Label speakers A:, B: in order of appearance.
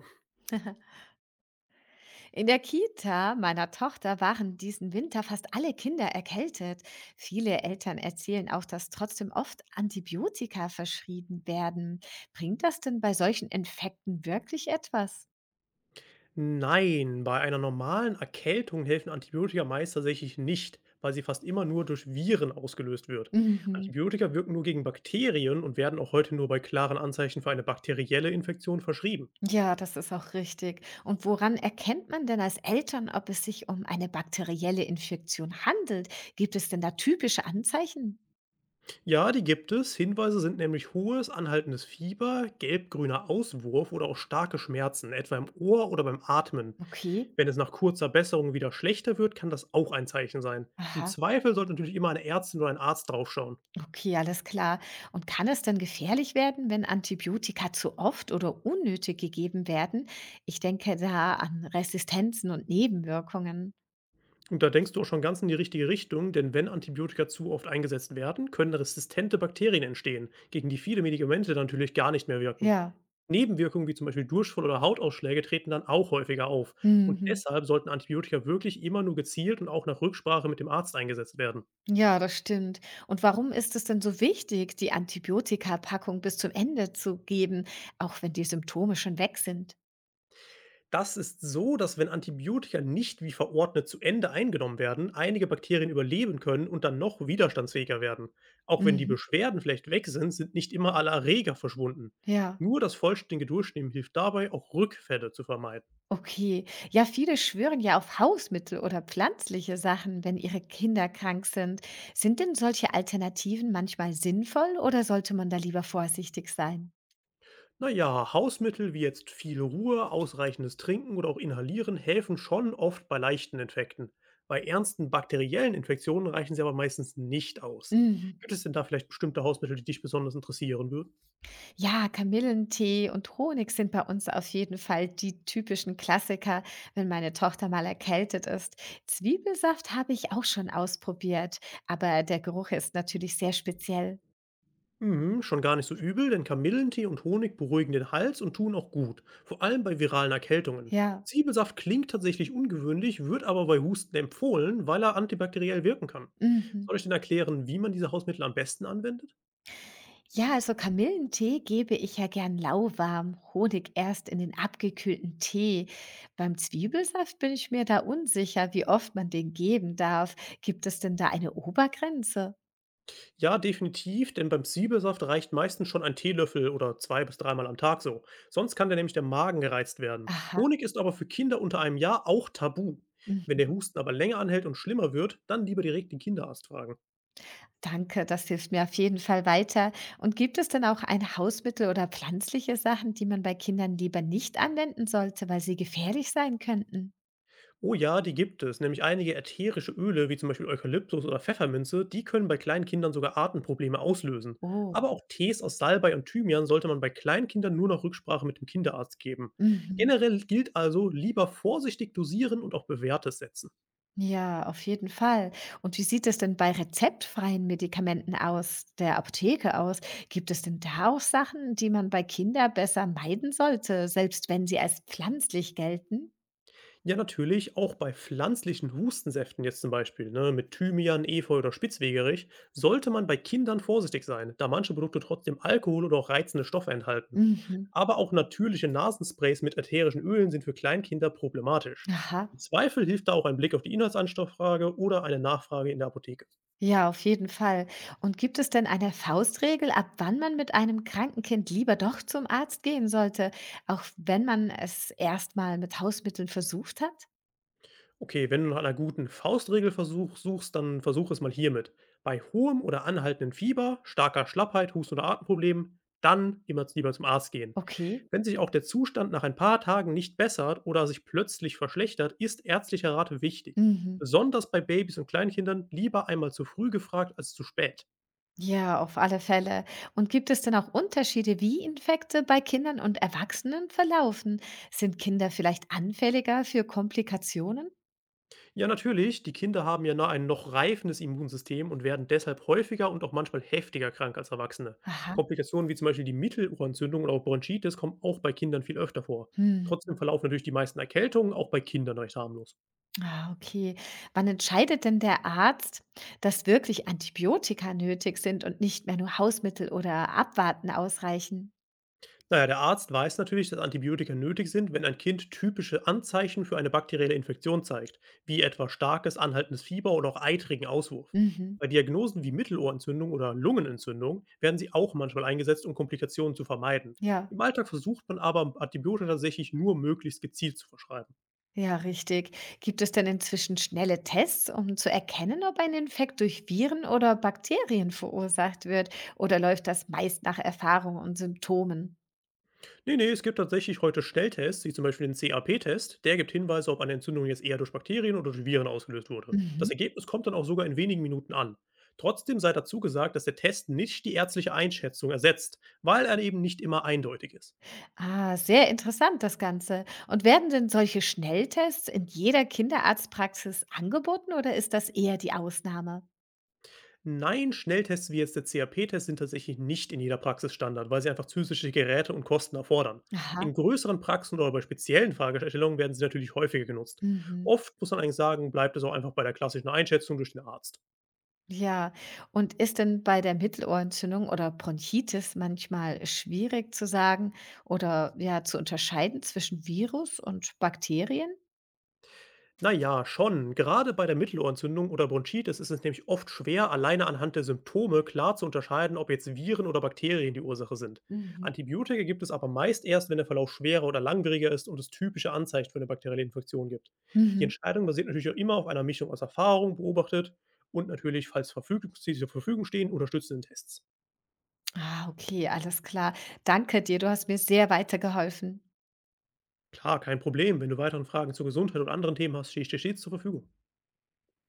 A: In der Kita meiner Tochter waren diesen Winter fast alle Kinder erkältet. Viele Eltern erzählen auch, dass trotzdem oft Antibiotika verschrieben werden. Bringt das denn bei solchen Infekten wirklich etwas?
B: Nein, bei einer normalen Erkältung helfen Antibiotika meist tatsächlich nicht, weil sie fast immer nur durch Viren ausgelöst wird.
A: Mhm.
B: Antibiotika wirken nur gegen Bakterien und werden auch heute nur bei klaren Anzeichen für eine bakterielle Infektion verschrieben.
A: Ja, das ist auch richtig. Und woran erkennt man denn als Eltern, ob es sich um eine bakterielle Infektion handelt? Gibt es denn da typische Anzeichen?
B: Ja, die gibt es. Hinweise sind nämlich hohes, anhaltendes Fieber, gelbgrüner Auswurf oder auch starke Schmerzen, etwa im Ohr oder beim Atmen.
A: Okay.
B: Wenn es nach kurzer Besserung wieder schlechter wird, kann das auch ein Zeichen sein. Im
A: Aha.
B: Zweifel sollte natürlich immer eine Ärztin oder ein Arzt draufschauen.
A: Okay, alles klar. Und kann es denn gefährlich werden, wenn Antibiotika zu oft oder unnötig gegeben werden? Ich denke da an Resistenzen und Nebenwirkungen.
B: Und da denkst du auch schon ganz in die richtige Richtung, denn wenn Antibiotika zu oft eingesetzt werden, können resistente Bakterien entstehen, gegen die viele Medikamente dann natürlich gar nicht mehr wirken.
A: Ja.
B: Nebenwirkungen wie zum Beispiel Durchfall oder Hautausschläge treten dann auch häufiger auf. Und
A: Mhm.
B: deshalb sollten Antibiotika wirklich immer nur gezielt und auch nach Rücksprache mit dem Arzt eingesetzt werden.
A: Ja, das stimmt. Und warum ist es denn so wichtig, die Antibiotikapackung bis zum Ende zu geben, auch wenn die Symptome schon weg sind?
B: Das ist so, dass, wenn Antibiotika nicht wie verordnet zu Ende eingenommen werden, einige Bakterien überleben können und dann noch widerstandsfähiger werden. Auch wenn die
A: Mhm.
B: Beschwerden vielleicht weg sind, sind nicht immer alle Erreger verschwunden.
A: Ja.
B: Nur das vollständige Durchnehmen hilft dabei, auch Rückfälle zu vermeiden.
A: Okay. Ja, viele schwören ja auf Hausmittel oder pflanzliche Sachen, wenn ihre Kinder krank sind. Sind denn solche Alternativen manchmal sinnvoll oder sollte man da lieber vorsichtig sein?
B: Naja, Hausmittel wie jetzt viel Ruhe, ausreichendes Trinken oder auch Inhalieren helfen schon oft bei leichten Infekten. Bei ernsten bakteriellen Infektionen reichen sie aber meistens nicht aus.
A: Mhm.
B: Gibt es denn da vielleicht bestimmte Hausmittel, die dich besonders interessieren würden?
A: Ja, Kamillentee und Honig sind bei uns auf jeden Fall die typischen Klassiker, wenn meine Tochter mal erkältet ist. Zwiebelsaft habe ich auch schon ausprobiert, aber der Geruch ist natürlich sehr speziell.
B: Mhm, schon gar nicht so übel, denn Kamillentee und Honig beruhigen den Hals und tun auch gut, vor allem bei viralen Erkältungen.
A: Ja.
B: Zwiebelsaft klingt tatsächlich ungewöhnlich, wird aber bei Husten empfohlen, weil er antibakteriell wirken kann.
A: Mhm.
B: Soll ich denn erklären, wie man diese Hausmittel am besten anwendet?
A: Ja, also Kamillentee gebe ich ja gern lauwarm, Honig erst in den abgekühlten Tee. Beim Zwiebelsaft bin ich mir da unsicher, wie oft man den geben darf. Gibt es denn da eine Obergrenze?
B: Ja, definitiv, denn beim Zwiebelsaft reicht meistens schon ein Teelöffel oder zwei bis dreimal am Tag so. Sonst kann der nämlich der Magen gereizt werden.
A: Aha.
B: Honig ist aber für Kinder unter einem Jahr auch tabu. Wenn der
A: Mhm.
B: Husten aber länger anhält und schlimmer wird, dann lieber direkt den Kinderarzt fragen.
A: Danke, das hilft mir auf jeden Fall weiter. Und gibt es denn auch ein Hausmittel oder pflanzliche Sachen, die man bei Kindern lieber nicht anwenden sollte, weil sie gefährlich sein könnten?
B: Oh ja, die gibt es. Nämlich einige ätherische Öle, wie zum Beispiel Eukalyptus oder Pfefferminze, die können bei kleinen Kindern sogar Atemprobleme auslösen.
A: Oh.
B: Aber auch Tees aus Salbei und Thymian sollte man bei kleinen Kindern nur nach Rücksprache mit dem Kinderarzt geben.
A: Mhm.
B: Generell gilt also lieber vorsichtig dosieren und auch Bewährtes setzen.
A: Ja, auf jeden Fall. Und wie sieht es denn bei rezeptfreien Medikamenten aus der Apotheke aus? Gibt es denn da auch Sachen, die man bei Kindern besser meiden sollte, selbst wenn sie als pflanzlich gelten?
B: Ja, natürlich, auch bei pflanzlichen Hustensäften jetzt zum Beispiel, ne, mit Thymian, Efeu oder Spitzwegerich, sollte man bei Kindern vorsichtig sein, da manche Produkte trotzdem Alkohol oder auch reizende Stoffe enthalten.
A: Mhm.
B: Aber auch natürliche Nasensprays mit ätherischen Ölen sind für Kleinkinder problematisch.
A: Aha.
B: Im Zweifel hilft da auch ein Blick auf die Inhaltsanstofffrage oder eine Nachfrage in der Apotheke.
A: Ja, auf jeden Fall. Und gibt es denn eine Faustregel, ab wann man mit einem kranken Kind lieber doch zum Arzt gehen sollte, auch wenn man es erstmal mit Hausmitteln versucht hat?
B: Okay, wenn du nach einer guten Faustregel versuch, suchst, dann versuch es mal hiermit. Bei hohem oder anhaltendem Fieber, starker Schlappheit, Husten oder Atemproblemen, dann immer lieber zum Arzt gehen.
A: Okay.
B: Wenn sich auch der Zustand nach ein paar Tagen nicht bessert oder sich plötzlich verschlechtert, ist ärztlicher Rat wichtig.
A: Mhm.
B: Besonders bei Babys und Kleinkindern lieber einmal zu früh gefragt als zu spät.
A: Ja, auf alle Fälle. Und gibt es denn auch Unterschiede, wie Infekte bei Kindern und Erwachsenen verlaufen? Sind Kinder vielleicht anfälliger für Komplikationen?
B: Ja, natürlich. Die Kinder haben ja noch ein noch reifendes Immunsystem und werden deshalb häufiger und auch manchmal heftiger krank als Erwachsene.
A: Aha.
B: Komplikationen wie zum Beispiel die Mittelohrentzündung oder auch Bronchitis kommen auch bei Kindern viel öfter vor.
A: Hm.
B: Trotzdem verlaufen natürlich die meisten Erkältungen auch bei Kindern recht harmlos.
A: Ah, okay. Wann entscheidet denn der Arzt, dass wirklich Antibiotika nötig sind und nicht mehr nur Hausmittel oder Abwarten ausreichen?
B: Na ja, der Arzt weiß natürlich, dass Antibiotika nötig sind, wenn ein Kind typische Anzeichen für eine bakterielle Infektion zeigt, wie etwa starkes, anhaltendes Fieber oder auch eitrigen Auswurf.
A: Mhm.
B: Bei Diagnosen wie Mittelohrentzündung oder Lungenentzündung werden sie auch manchmal eingesetzt, um Komplikationen zu vermeiden.
A: Ja.
B: Im Alltag versucht man aber, Antibiotika tatsächlich nur möglichst gezielt zu verschreiben.
A: Ja, richtig. Gibt es denn inzwischen schnelle Tests, um zu erkennen, ob ein Infekt durch Viren oder Bakterien verursacht wird? Oder läuft das meist nach Erfahrung und Symptomen?
B: Ne, ne, es gibt tatsächlich heute Schnelltests, wie zum Beispiel den CAP-Test. Der gibt Hinweise, ob eine Entzündung jetzt eher durch Bakterien oder durch Viren ausgelöst wurde.
A: Mhm.
B: Das Ergebnis kommt dann auch sogar in wenigen Minuten an. Trotzdem sei dazu gesagt, dass der Test nicht die ärztliche Einschätzung ersetzt, weil er eben nicht immer eindeutig ist.
A: Ah, sehr interessant das Ganze. Und werden denn solche Schnelltests in jeder Kinderarztpraxis angeboten oder ist das eher die Ausnahme?
B: Nein, Schnelltests wie jetzt der CAP-Test sind tatsächlich nicht in jeder Praxis Standard, weil sie einfach zusätzliche Geräte und Kosten erfordern.
A: Aha.
B: In größeren Praxen oder bei speziellen Fragestellungen werden sie natürlich häufiger genutzt.
A: Mhm.
B: Oft muss man eigentlich sagen, bleibt es auch einfach bei der klassischen Einschätzung durch den Arzt.
A: Ja, und ist denn bei der Mittelohrentzündung oder Bronchitis manchmal schwierig zu sagen oder ja zu unterscheiden zwischen Virus und Bakterien?
B: Na ja, schon. Gerade bei der Mittelohrentzündung oder Bronchitis ist es nämlich oft schwer, alleine anhand der Symptome klar zu unterscheiden, ob jetzt Viren oder Bakterien die Ursache sind.
A: Mhm.
B: Antibiotika gibt es aber meist erst, wenn der Verlauf schwerer oder langwieriger ist und es typische Anzeichen für eine bakterielle Infektion gibt. Die
A: Mhm.
B: Entscheidung basiert natürlich auch immer auf einer Mischung aus Erfahrung, beobachtet und natürlich, falls Verfügungsziele zur Verfügung stehen, unterstützenden Tests.
A: Ah, okay, alles klar. Danke dir, du hast mir sehr weitergeholfen.
B: Klar, kein Problem. Wenn du weiteren Fragen zur Gesundheit und anderen Themen hast, stehe ich dir stets zur Verfügung.